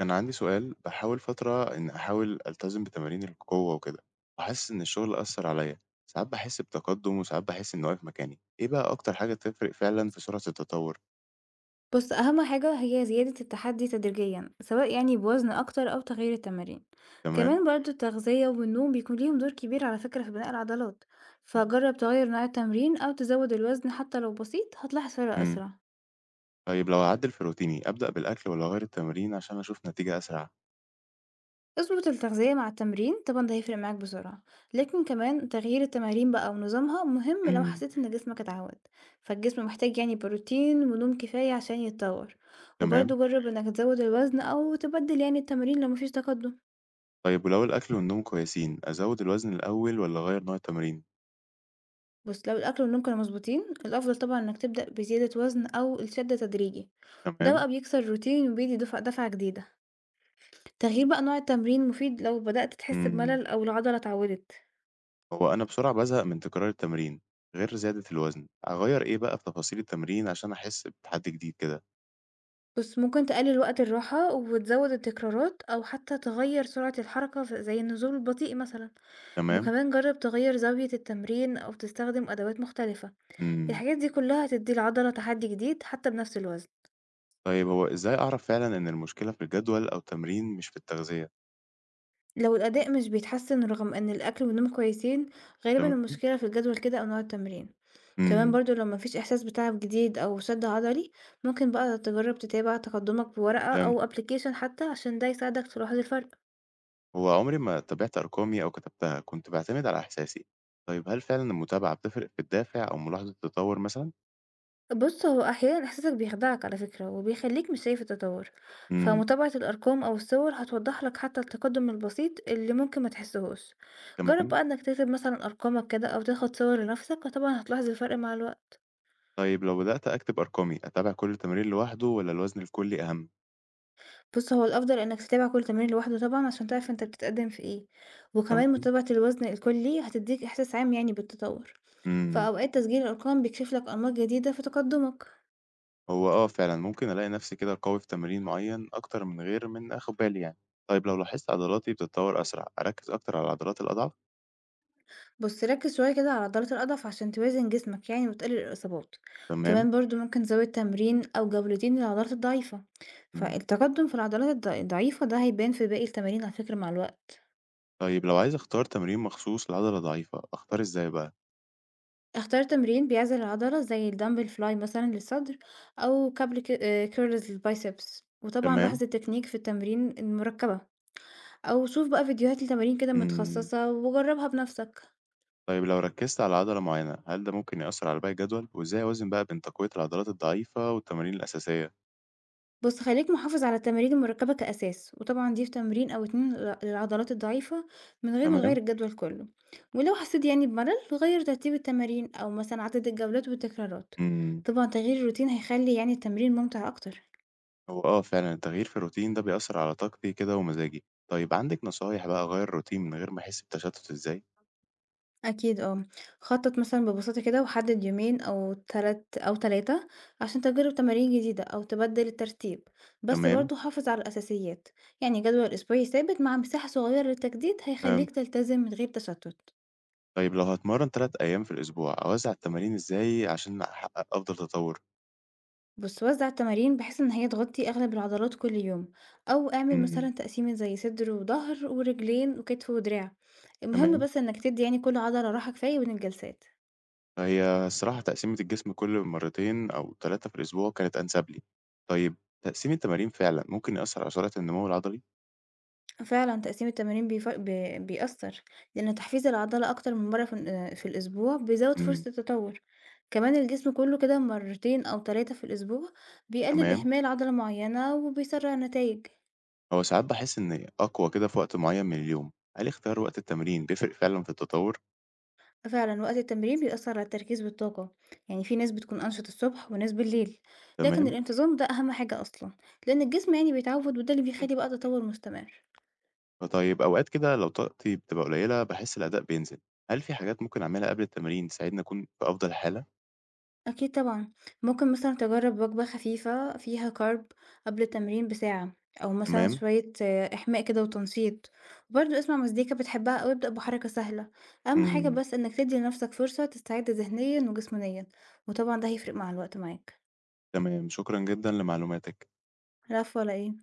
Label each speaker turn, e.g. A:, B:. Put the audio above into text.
A: كان عندي سؤال بحاول فترة إن أحاول ألتزم بتمارين القوة وكده، وحاسس إن الشغل أثر عليا. ساعات بحس بتقدم وساعات بحس إني واقف مكاني. إيه بقى أكتر حاجة تفرق فعلا في سرعة التطور؟
B: بُص، أهم حاجة هي زيادة التحدي تدريجيًا، سواء يعني بوزن أكتر أو تغيير التمارين،
A: تمام.
B: كمان برضه التغذية والنوم بيكون ليهم دور كبير على فكرة في بناء العضلات، فجرب تغير نوع التمرين أو تزود الوزن حتى لو بسيط هتلاحظ فرق
A: امم
B: أسرع،
A: طيب لو أعدل في روتيني أبدأ بالأكل ولا أغير التمرين عشان أشوف نتيجة أسرع؟
B: اضبط التغذية مع التمرين طبعًا ده هيفرق معاك بسرعة، لكن كمان تغيير التمارين بقى ونظامها مهم لو
A: امم
B: حسيت إن جسمك اتعود، فالجسم محتاج يعني بروتين ونوم كفاية عشان يتطور،
A: تمام.
B: وبرضه جرب إنك تزود الوزن أو تبدل يعني التمارين لو مفيش تقدم.
A: طيب ولو الأكل والنوم كويسين أزود الوزن الأول ولا أغير نوع التمرين؟
B: بُص، لو الأكل والنوم كانوا مضبوطين، الأفضل طبعًا إنك تبدأ بزيادة وزن أو الشد تدريجي، ده
A: تمام.
B: بقى بيكسر الروتين وبيدي دفعة جديدة. تغيير بقى نوع التمرين مفيد لو بدأت تحس
A: مم.
B: بملل أو العضلة اتعودت.
A: هو أنا بسرعة بازهق من تكرار التمرين. غير زيادة الوزن، أغيّر إيه بقى في تفاصيل التمرين عشان أحس بتحدي جديد كده؟
B: بُص، ممكن تقلل وقت الراحة وتزود التكرارات أو حتى تغير سرعة الحركة ف زي النزول البطيء مثلًا،
A: تمام.
B: وكمان جرب تغير زاوية التمرين أو تستخدم أدوات مختلفة.
A: إمم،
B: الحاجات دي كلها هتدي العضلة تحدي جديد حتى بنفس الوزن.
A: طيب هو إزاي أعرف فعلًا إن المشكلة في الجدول أو التمرين مش في التغذية؟
B: لو الأداء مش بيتحسن رغم إن الأكل والنوم كويسين، غالبا
A: تمام.
B: المشكلة في الجدول كده أو نوع التمرين. كمان
A: إمم،
B: برضو لو مفيش إحساس بتعب جديد أو شد عضلي، ممكن بقى تجرب تتابع تقدمك بورقة أو
A: فهمتك.
B: أبليكيشن حتى عشان ده يساعدك تلاحظ الفرق.
A: هو عمري ما تابعت أرقامي أو كتبتها، كنت باعتمد على إحساسي. طيب هل فعلًا المتابعة بتفرق في الدافع أو ملاحظة التطور مثلًا؟
B: بص، هو أحيانا إحساسك بيخدعك على فكرة وبيخليك مش شايف التطور،
A: إمم،
B: فمتابعة الأرقام أو الصور هتوضح لك حتى التقدم البسيط اللي ممكن ما تحسهوش. جرب
A: تمام.
B: بقى إنك تكتب مثلا أرقامك كده أو تاخد صور لنفسك وطبعا هتلاحظ الفرق مع الوقت.
A: طيب لو بدأت أكتب أرقامي أتابع كل تمرين لوحده والّا الوزن الكلي أهم؟
B: بُص، هو الأفضل إنك تتابع كل تمرين لوحده طبعًا عشان تعرف أنت بتتقدم في إيه، وكمان
A: تمام.
B: متابعة الوزن الكلي هتدّيك إحساس عام يعني بالتطور،
A: إمم.
B: فأوقات تسجيل الأرقام بيكشف لك أنماط جديدة في تقدمك.
A: هو آه فعلًا، ممكن ألاقي نفسي كده قوي في تمرين معين أكتر من غير من آخُد بالي يعني. طيب لو لاحظت عضلاتي بتتطوّر أسرع، أركّز أكتر على العضلات الأضعف؟
B: بُص، ركز شوية كده على عضلات الأضعف عشان توازن جسمك يعني وتقلل الإصابات،
A: تمام.
B: كمان برضه ممكن تزود تمرين أو جولتين للعضلات الضعيفة،
A: إمم.
B: فالتقدم في العضلات الضعيفة ده هيبان في باقي التمارين على فكرة مع الوقت.
A: طيب لو عايز أختار تمرين مخصوص لعضلة ضعيفة، أختار إزاي بقى؟
B: اختار تمرين بيعزل العضلة زي الدمبل فلاي مثلا للصدر، أو كابل كيرلز للبايسبس وطبعا
A: تمام.
B: لاحظ التكنيك في التمرين المركبة، أو شوف بقى فيديوهات لتمارين كده
A: إمم.
B: متخصصة وجربها بنفسك.
A: طيب لو ركّزت على عضلة معينة، هل ده ممكن يأثّر على باقي الجدول؟ وإزاي أوازن بقى بين تقوية العضلات الضعيفة والتمارين الأساسية؟
B: بص، خليك محافظ على التمارين المركبة كأساس وطبعا ضيف تمرين أو اتنين للعضلات الضعيفة من غير ما تغير
A: تمام.
B: الجدول كله، ولو حسيت يعني بملل غير ترتيب التمارين أو مثلا عدد الجولات والتكرارات.
A: إمم.
B: طبعا تغيير الروتين هيخلي يعني التمرين ممتع أكتر.
A: هو آه فعلًا، التغيير في الروتين ده بيأثّر على طاقتي كده ومزاجي. طيب عندِك نصايح بقى أغيّر الروتين من غير ما أحس بتشتُّت إزاي؟
B: أكيد آه، خطّط مثلًا ببساطة كده وحدد يومين أو تلات أو 3 عشان تجرب تمارين جديدة أو تبدّل الترتيب، بس
A: تمام.
B: برضه حافظ على الأساسيات، يعني جدول أسبوعي ثابت مع مساحة صغيرة للتجديد هيخلّيك
A: فهمت.
B: تلتزم من غير تشتُّت.
A: طيب لو هاتمرّن 3 أيام في الأسبوع، أوزّع التمارين إزاي عشان أحقق أفضل تطوّر؟
B: بُص، وزّع التمارين بحيث إن هي تغطي أغلب العضلات كل يوم، أو اعمل
A: إمم،
B: مثلًا تقسيمة زي صدر وضهر ورجلين وكتف ودراع، المهم
A: تمام.
B: بس إنك تدّي يعني كل عضلة راحة كفاية بين الجلسات.
A: فهي الصراحة تقسيمة الجسم كل مرتين أو 3 في الأسبوع كانت أنسب لي. طيب تقسيم التمارين فعلًا ممكن يأثّر على سرعة النمو العضلي؟
B: فعلًا تقسيم التمارين بيف ب بيأثّر، لإن تحفيز العضلة أكتر من مرّة في الأسبوع بيزوّد
A: إمم،
B: فرصة التطوّر، كمان الجسم كلّه كده مرّتين أو 3 في الأسبوع بيقلل
A: تمام.
B: إهمال عضلة معيّنة وبيسرّع النتايج.
A: هو ساعات باحس إنّي أقوى كده في وقت معيّن من اليوم، هل اختيار وقت التمرين بيفرق فعلًا في التطوّر؟
B: فعلًا وقت التمرين بيأثّر على التركيز والطاقة، يعني في ناس بتكون أنشط الصبح وناس بالليل، لكن
A: تمام.
B: الانتظام ده أهم حاجة أصلًا، لإن الجسم يعني بيتعوّد وده اللي
A: إمم.
B: بيخلّي بقى تطوّر مستمر.
A: فطيب أوقات كده لو طاقتي بتبقى قليّلة باحس الأداء بينزل، هل في حاجات ممكن أعملها قبل التمرين تساعدني أكون في أفضل حالة؟
B: أكيد طبعًا، ممكن مثلًا تجرّب وجبة خفيفة فيها carb قبل التمرين بساعة، أو مثلًا
A: تمام.
B: شوية إحماء كده وتنشيط، وبرضه اسمع مزيكا بتحبها أو ابدأ بحركة سهلة، أهم حاجة
A: إمم.
B: بس إنك تدّي لنفسك فرصة تستعد ذهنيًا وجسمانيًا، وطبعًا ده هيفرق مع الوقت معاك.
A: تمام، شكرًا جدًا لمعلوماتِك.
B: العفو على إيه؟